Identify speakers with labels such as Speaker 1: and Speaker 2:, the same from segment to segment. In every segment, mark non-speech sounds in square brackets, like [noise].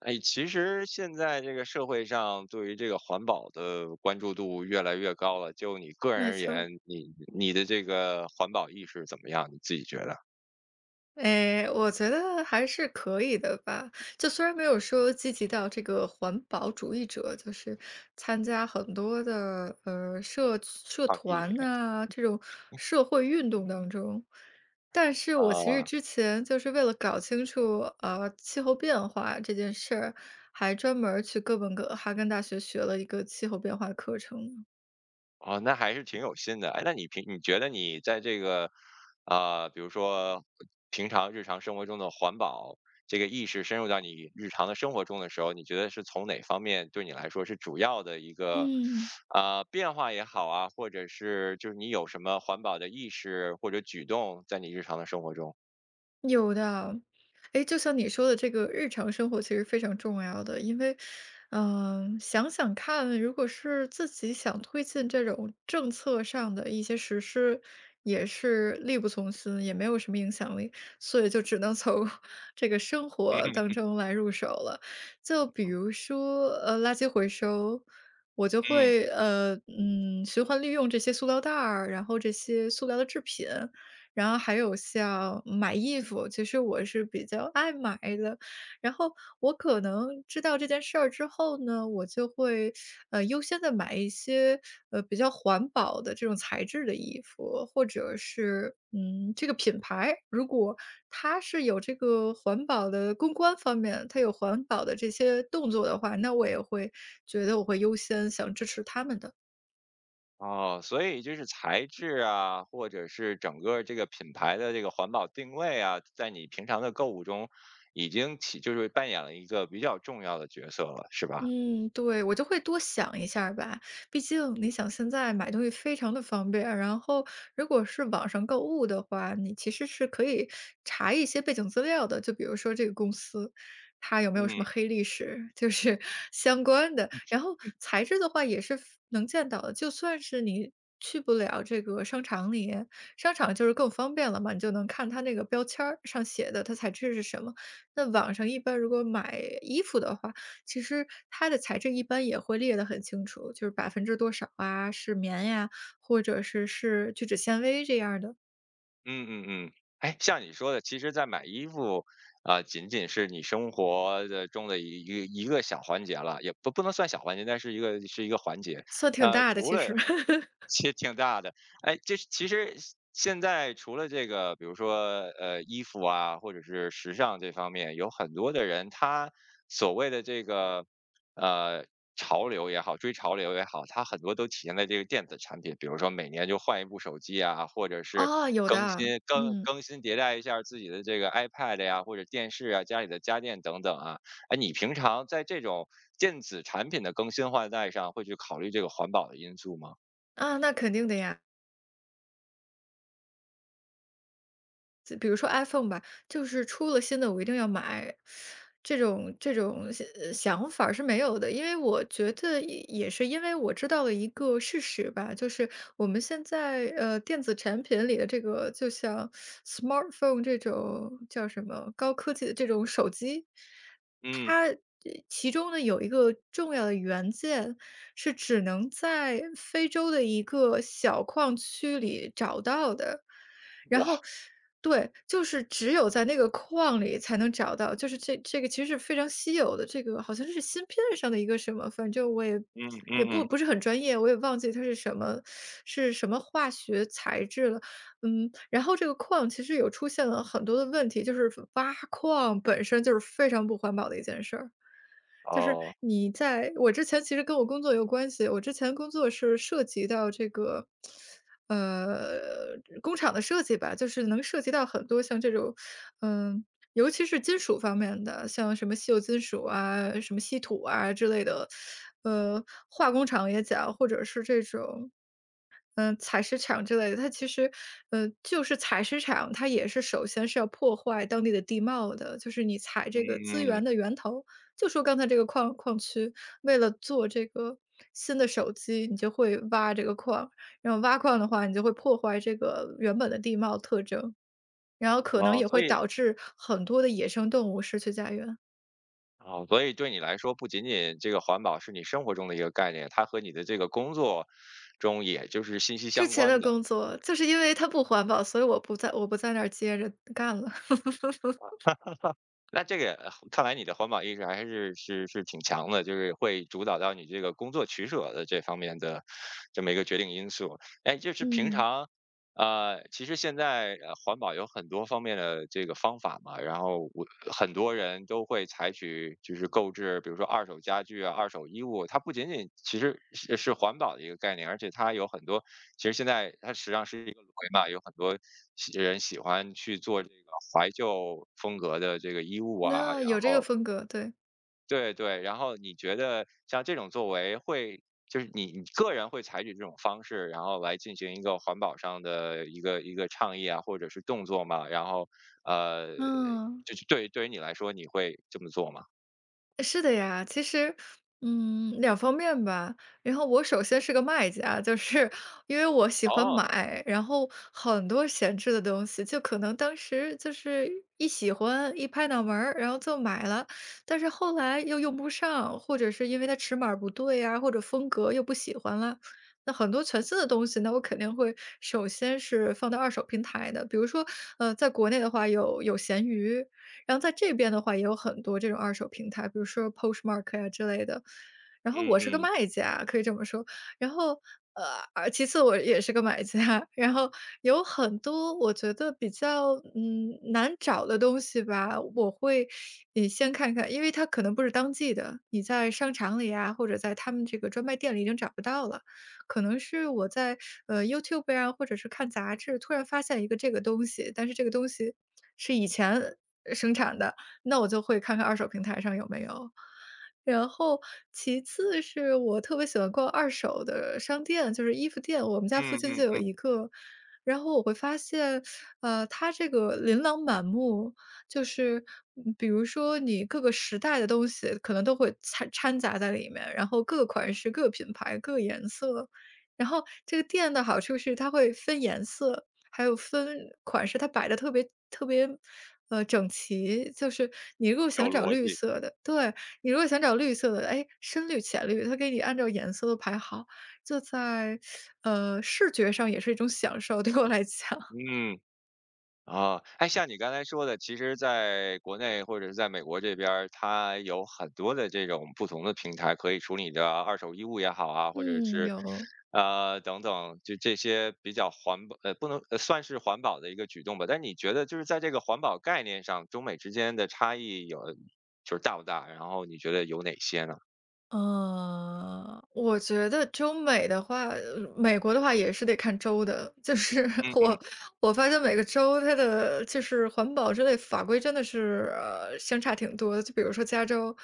Speaker 1: 哎，其实现在这个社会上对于这个环保的关注度越来越高了。就你个人
Speaker 2: 没
Speaker 1: 而
Speaker 2: 错
Speaker 1: 言，
Speaker 2: 儿，
Speaker 1: 你的这个环保意识怎么样？你自己觉得？
Speaker 2: 哎，我觉得还是可以的吧。就虽然没有说积极到这个环保主义者，就是参加很多的社
Speaker 1: 抗议
Speaker 2: 团呐、这种社会运动当中，但是我其实
Speaker 1: 啊。
Speaker 2: 之前就是为了搞清楚气候变化这件事儿，还专门儿去哥本哈根大学学了一个气候变化课程
Speaker 1: 哦，那还是挺有心的。哎，那你觉得你在这个，啊、比如说平常日常生活中的环保这个意识深入到你日常的生活中的时候，你觉得是从哪方面对你来说是主要的一个，
Speaker 2: 嗯。
Speaker 1: 啊、变化也好啊，或者是就是你有什么环保的意识或者举动在你日常的生活中？
Speaker 2: 有的，哎，就像你说的这个日常生活其实非常重要的，因为，想想看，如果是自己想推进这种政策上的一些实施，也是力不从心，也没有什么影响力，所以就只能从 [laughs] 这个生活
Speaker 1: 嗯
Speaker 2: 当中来入手了。就比如说，垃圾回收。我就
Speaker 1: 嗯。
Speaker 2: 会循环利用这些塑料袋儿，然后这些塑料的制品，然后还有像买衣服，其实我是比较爱买的。然后我可能知道这件事儿之后呢，我就会优先的买一些比较环保的这种材质的衣服，或者是这个品牌，如果它是有这个环保的公关方面，它有环保的这些动作的话，那我也会觉得我会优先想支持他们的。
Speaker 1: 哦，所以就是材质啊，或者是整个这个品牌的这个环保定位啊，在你平常的购物中已经起就是扮演了一个比较重要的角色了，是吧？
Speaker 2: 嗯，对，我就会多想一下儿吧。毕竟你想现在买东西非常的方便，然后如果是网上购物的话，你其实是可以查一些背景资料的，就比如说这个公司它有没有什么
Speaker 1: 嗯
Speaker 2: 黑历史，就是 [laughs] 相关的。然后材质的话也是能见到的，就算是你。去不了这个商场里，商场就是更方便了嘛，你就能看它那个标签儿上写的它材质是什么。那网上一般如果买衣服的话，其实它的材质一般也会列得很清楚，就是百分之多少啊，是棉呀，或者是聚酯纤维这样儿的，
Speaker 1: 嗯嗯嗯。哎，像你说的，其实，在买衣服啊、仅仅是你生活的中的一个小环节了，也不能算小环节，但是一个环节。
Speaker 2: 算挺
Speaker 1: 呃，
Speaker 2: 大的
Speaker 1: 除
Speaker 2: 其实。
Speaker 1: 了
Speaker 2: [laughs]
Speaker 1: 其实挺大的。哎，这是其实现在除了这个，比如说呃衣服啊，或者是时尚这方面，有很多的人他所谓的这个呃潮流也好，追潮流也好，他很多都体现在这个电子产品，比如说每年就换一部手机啊，或者是
Speaker 2: 哦，有的，嗯，
Speaker 1: 更新迭代一下自己的这个 iPad 呀、或者电视啊、家里的家电等等啊。哎，你平常在这种电子产品的更新换代上，会去考虑这个环保的因素吗？
Speaker 2: 啊，那肯定的呀。就比如说 iPhone 吧，就是出了新的我一定要买，这种想法儿是没有的。因为我觉得也是因为我知道了一个事实吧，就是我们现在，电子产品里的这个就像 smartphone 这种叫什么，高科技的这种手机，
Speaker 1: 嗯。
Speaker 2: 它其中呢有一个重要的元件是只能在非洲的一个小矿区里找到的。然
Speaker 1: 哇，
Speaker 2: 后对，就是只有在那个矿里才能找到，就是这个其实是非常稀有的，这个好像是芯片上的一个什么，反正我也
Speaker 1: 嗯
Speaker 2: 也
Speaker 1: 嗯，
Speaker 2: 不
Speaker 1: 嗯，
Speaker 2: 不是很专业，我也忘记它是什么化学材质了。然后这个矿其实有出现了很多的问题，就是挖矿本身就是非常不环保的一件事儿。就是
Speaker 1: 哦，
Speaker 2: 你在我之前其实跟我工作有关系，我之前工作是涉及到这个，呃，工厂的设计吧，就是能涉及到很多像这种，嗯、尤其是金属方面的，像什么稀有金属啊、什么稀土啊之类的，呃，化工厂也讲，或者是这种采石场之类的，它其实，就是采石场，它也是首先是要破坏当地的地貌的，就是你采这个资
Speaker 1: 嗯，
Speaker 2: 源的源头。就说刚才这个矿区，为了做这个新的手机，你就会挖这个矿，然后挖矿的话，你就会破坏这个原本的地貌特征，然后可能
Speaker 1: 哦，
Speaker 2: 也
Speaker 1: 所
Speaker 2: 会
Speaker 1: 以
Speaker 2: 导致很多的野生动物失去家园。
Speaker 1: 哦，所以对你来说，不仅仅这个环保是你生活中的一个概念，它和你的这个工作中也就是息息
Speaker 2: 之
Speaker 1: 相
Speaker 2: 前
Speaker 1: 关
Speaker 2: 的
Speaker 1: 的。
Speaker 2: 工作就是因为它不环保，所以我不在那儿接着干了。[laughs]
Speaker 1: 那这个看来你的环保意识还是挺强的，就是会主导到你这个工作取舍的这方面的这么一个决定因素。哎，就是平
Speaker 2: 嗯。
Speaker 1: 常，呃，其实现在环保有很多方面的这个方法嘛，然后很多人都会采取就是购置，比如说二手家具啊、二手衣物，它不仅仅其实是环保的一个概念，而且它有很多其实现在它实际上是一个轮回嘛，有很多喜欢去做这个怀旧风格的这个衣物啊，
Speaker 2: 那
Speaker 1: 然
Speaker 2: 有这个
Speaker 1: 后
Speaker 2: 风格，对。
Speaker 1: 对对，然后你觉得像这种作为会，就是你个人会采取这种方式，然后来进行一个环保上的一个倡议啊，或者是动作嘛？然后呃，
Speaker 2: 嗯。
Speaker 1: 就是对对于你来说，你会这么做吗？
Speaker 2: 是的呀，其实，两方面吧。然后我首先是个卖家，就是因为我喜欢
Speaker 1: 哦，
Speaker 2: 买，然后很多闲置的东西，就可能当时就是一喜欢，一拍脑门儿，然后就买了，但是后来又用不上，或者是因为它尺码儿不对呀，或者风格又不喜欢了。那很多全新的东西那我肯定会首先是放到二手平台的，比如说，在国内的话有闲鱼。然后在这边的话也有很多这种二手平台，比如说 Postmark 呀之类的。然后
Speaker 1: 嗯
Speaker 2: 我是个
Speaker 1: 嗯
Speaker 2: 卖家，可以这么说。然后，呃，而其次我也是个买家，[laughs] 然后有很多我觉得比较难找的东西吧，你先看看，因为它可能不是当季的，你在商场里啊，或者在他们这个专卖店里已经找不到了。可能是我在YouTube 呀、或者是看杂志，突然发现一个这个东西，但是这个东西是以前生产的，那我就会看看二手平台上有没有。然后其次是我特别喜欢逛二手的商店，就是衣服店，我们家附
Speaker 1: 嗯
Speaker 2: 近
Speaker 1: 嗯
Speaker 2: 就有
Speaker 1: 嗯，
Speaker 2: 一个。然后我会发现，它这个琳琅满目，就是比如说你各个时代的东西可能都会掺杂在里面，然后各个款式、各个品牌、各个颜色，然后这个店的好处是它会分颜色，还有分款式，它摆的特别特别，整齐。就是你如果想
Speaker 1: 有
Speaker 2: 找
Speaker 1: 逻
Speaker 2: 绿
Speaker 1: 辑，
Speaker 2: 色的对，你如果想找绿色的，哎，深绿、浅绿，它给你按照颜色都排好，这在，视觉上也是一种享受，对我来讲。
Speaker 1: 嗯。啊，哎，像你刚才说的，其实在国内或者是在美国这边儿，它有很多的这种不同的平台可以处理你的二手衣物也好啊，或者
Speaker 2: 嗯，
Speaker 1: 是，
Speaker 2: 有。
Speaker 1: 呃，等等，就这些比较环保，呃，不能呃算是环保的一个举动吧。但你觉得就是在这个环保概念上，中美之间的差异有就是大不大？然后你觉得有哪些呢？
Speaker 2: 嗯，我觉得中美的话，美国的话也是得看州的，就是 [laughs]
Speaker 1: 嗯嗯，
Speaker 2: 我发现每个州它的就是环保之类法规真的是相差挺多的。就比如说加州，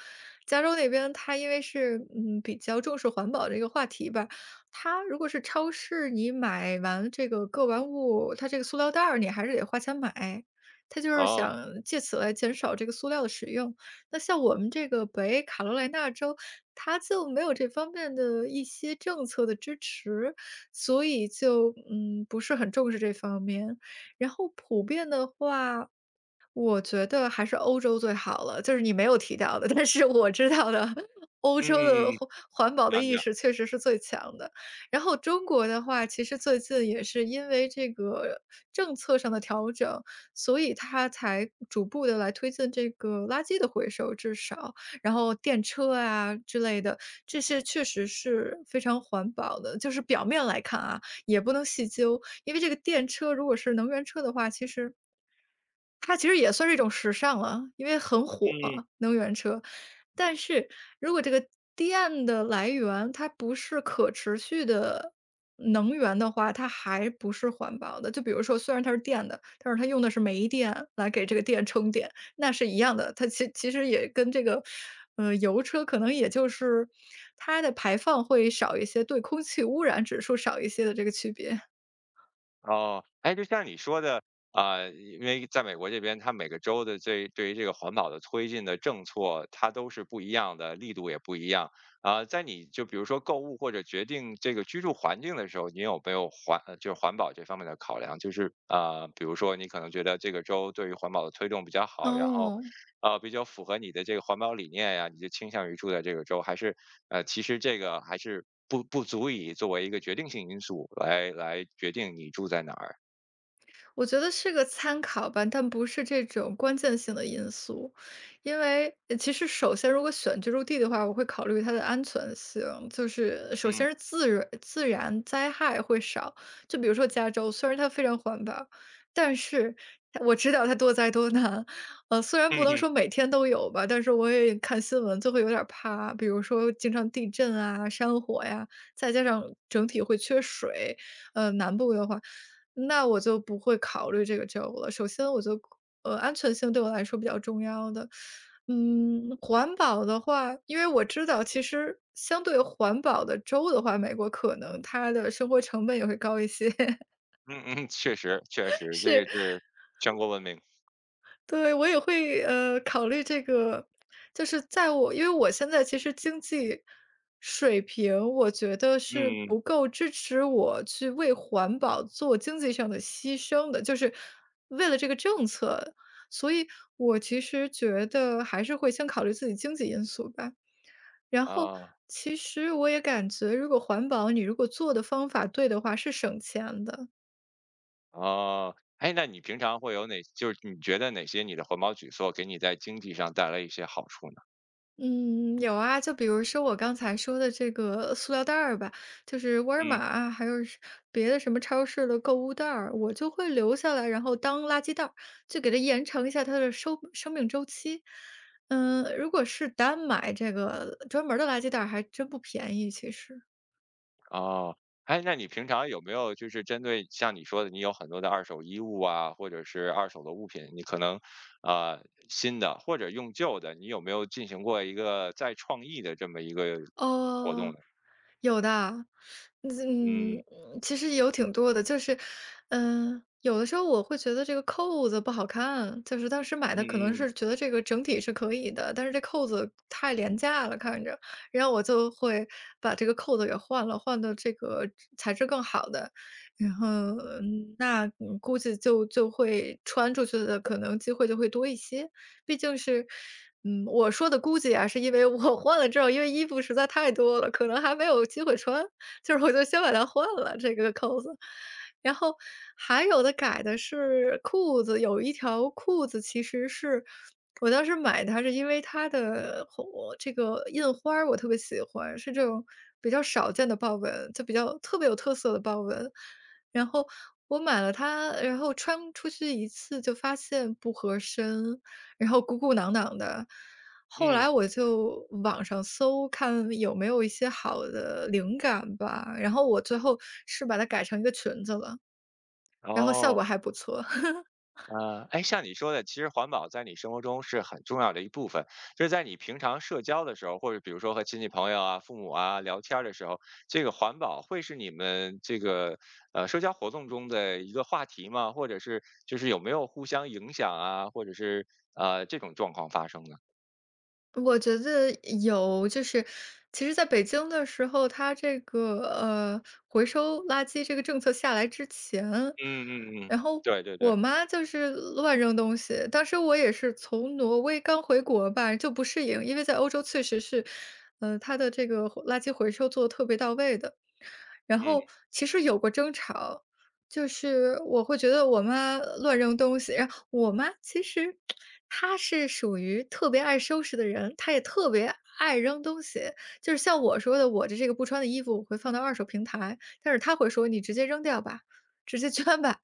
Speaker 2: 加州那边它因为是比较重视环保这个话题吧，它如果是超市你买完这个购完物，它这个塑料袋儿你还是得花钱买，它就是
Speaker 1: 哦，
Speaker 2: 想借此来减少这个塑料的使用。那像我们这个北卡罗来纳州，它就没有这方面的一些政策的支持，所以就，不是很重视这方面。然后普遍的话，我觉得还是欧洲最好了，就是你没有提到的，但是我知道的，欧
Speaker 1: 嗯
Speaker 2: 洲
Speaker 1: 嗯
Speaker 2: 的
Speaker 1: 嗯，
Speaker 2: 环保的
Speaker 1: 讲
Speaker 2: 意
Speaker 1: 讲，
Speaker 2: 识确实是最强的。然后中国的话，其实最近也是因为这个政策上的调整，所以它才逐步的来推进这个垃圾的回收，至少，然后电车啊之类的，这些确实是非常环保的。就是表面来看啊，也不能细究，因为这个电车如果是能源车的话，其实它其实也算是一种时尚了，因为很火，
Speaker 1: 嗯。
Speaker 2: 能源车。但是如果这个电的来源，它不是可持续的能源的话，它还不是环保的。就比如说，虽然它是电的，但是它用的是煤电来给这个电充电，那是一样的。它其实也跟这个，油车可能也就是它的排放会少一些，对空气污染指数少一些的这个区别。
Speaker 1: 哦，哎，就像你说的，啊、因为在美国这边，它每个州的这对于这个环保的推进的政策，它都是不一样的，力度也不一样。啊、在你就比如说购物或者决定这个居住环境的时候，你有没有就是环保这方面的考量？就是啊、比如说你可能觉得这个州对于环保的推动比较好，然后
Speaker 2: 哦。
Speaker 1: 啊，比较符合你的这个环保理念呀，你就倾向于住在这个州，还是呃，其实这个还是不足以作为一个决定性因素来决定你住在哪儿。
Speaker 2: 我觉得是个参考吧，但不是这种关键性的因素。因为其实首先，如果选居住地的话，我会考虑它的安全性，就是首
Speaker 1: 嗯
Speaker 2: 先是自然灾害会少。就比如说加州，虽然它非常环保，但是它我知道它多灾多难。虽然
Speaker 1: 嗯
Speaker 2: 不能
Speaker 1: 嗯
Speaker 2: 说每天都有吧，但是我也看新闻就会有点儿怕，比如说经常地震啊、山火呀，再加上整体会缺水。南部的话。那我就不会考虑这个债务了。首先我就安全性对我来说比较重要的。嗯，环保的话，因为我知道其实相对环保的州的话，美国可能它的生活成本也会高一些，[laughs]
Speaker 1: 嗯嗯，确实确实，这
Speaker 2: 是
Speaker 1: 个是全国闻名。
Speaker 2: 对，我也会，考虑这个，就是在我因为我现在其实经济水平，我觉得是
Speaker 1: 嗯
Speaker 2: 不够支持我去为环保做经济上的牺牲的，就是为了这个政策，所以我其实觉得还是会先考虑自己经济因素吧。然后
Speaker 1: 啊
Speaker 2: 其实我也感觉，如果环保，你如果做的方法对的话，是省钱的。
Speaker 1: 啊，哎，那你平常会有哪，就是你觉得哪些你的环保举措给你在经济上带来一些好处呢？
Speaker 2: 嗯，有啊，就比如说我刚才说的这个塑料袋儿吧，就是沃尔玛
Speaker 1: 嗯。
Speaker 2: 啊，还有是别的什么超市的购物袋儿，我就会留下来，然后当垃圾袋儿，就给它延长一下它的生命周期。嗯，如果是单买这个专门儿的垃圾袋儿，还真不便宜，其实。
Speaker 1: 哦，哎，那你平常有没有就是针对像你说的，你有很多的二手衣物啊，或者是二手的物品，你可能啊新的或者用旧的，你有没有进行过一个再创意的这么一个活动
Speaker 2: 哦，
Speaker 1: 呢？
Speaker 2: 有的。嗯，
Speaker 1: 嗯
Speaker 2: 嗯其实有挺多的，就是，嗯，有的时候我会觉得这个扣子不好看，就是当时买
Speaker 1: 嗯
Speaker 2: 的可能
Speaker 1: 嗯
Speaker 2: 是觉得这个整体是可以的，但是这扣子太廉价了，看着，然后我就会把这个扣子给换了，换到这个材质更好的，然后，嗯，那，嗯估计就会穿出去的可能机会就会多一些。毕竟是嗯，我说的估计啊，是因为我 [laughs] 换了之后，因为衣服实在太多了，可能还没有机会穿，就是我就先把它换了这个扣子。然后还有的改的是裤子，有一条裤子其实是我当时买它是因为它的我这个印花儿我特别喜欢，是这种比较少见的豹纹，就比较特别有特色的豹纹。然后我买了它，然后穿出去一次就发现不合身，然后鼓鼓囊囊的。后
Speaker 1: 嗯，
Speaker 2: 来我就网上搜，看有没有一些好的灵感吧，然后我最后是把它改成一个裙子了，然后效
Speaker 1: 哦。
Speaker 2: 果还不错。[laughs]
Speaker 1: 呃，哎，像你说的，其实环保在你生活中是很重要的一部分，就是在你平常社交的时候，或者比如说和亲戚朋友啊、父母啊聊天儿的时候，这个环保会是你们这个社交活动中的一个话题吗？或者是就是有没有互相影响啊，或者是这种状况发生呢？
Speaker 2: 我觉得有，就是其实在北京的时候，它这个回收垃圾这个政策下来之前，
Speaker 1: 嗯嗯嗯，
Speaker 2: 然后
Speaker 1: 对对对，
Speaker 2: 我妈就是乱扔东西。当时我也是从挪威刚回国吧，就不适应，因为在欧洲确实是，它的这个回垃圾回收做的特别到位的。然后
Speaker 1: 嗯
Speaker 2: 其实有过争吵，就是我会觉得我妈乱扔东西，我妈其实她是属于特别爱收拾的人，她也特别爱扔东西。就是像我说的，我的这个不穿的衣服我会放到二手平台，但是她会说：“你直接扔掉吧，直接捐吧。”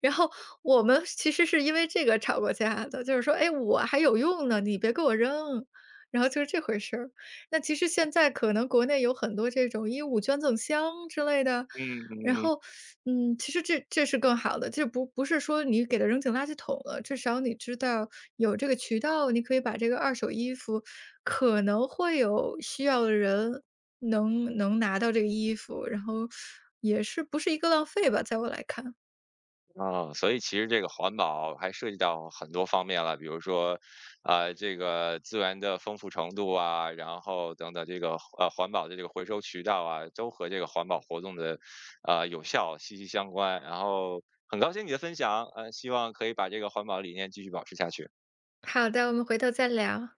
Speaker 2: 然后我们其实是因为这个吵过架的，就是说：“哎，我还有用呢，你别给我扔。”然后就是这回事儿。那其实现在可能国内有很多这种衣物捐赠箱之类的，
Speaker 1: 嗯
Speaker 2: 然
Speaker 1: 嗯嗯。
Speaker 2: 后，嗯，其实这这是更好的，这不是说你给它扔进垃圾桶了，至少你知道有这个渠道，你可以把这个二手衣服可能会有需要的人能拿到这个衣服，然后也是不是一个浪费吧，在我来看。
Speaker 1: 啊，所以其实这个环保还涉及到很多方面了，比如说，啊、这个资源的丰富程度啊，然后等等，这个环保的这个回收渠道啊，都和这个环保活动的有效息息相关。然后很高兴你的分享，呃，希望可以把这个环保理念继续保持下去。
Speaker 2: 好的，我们回头再聊。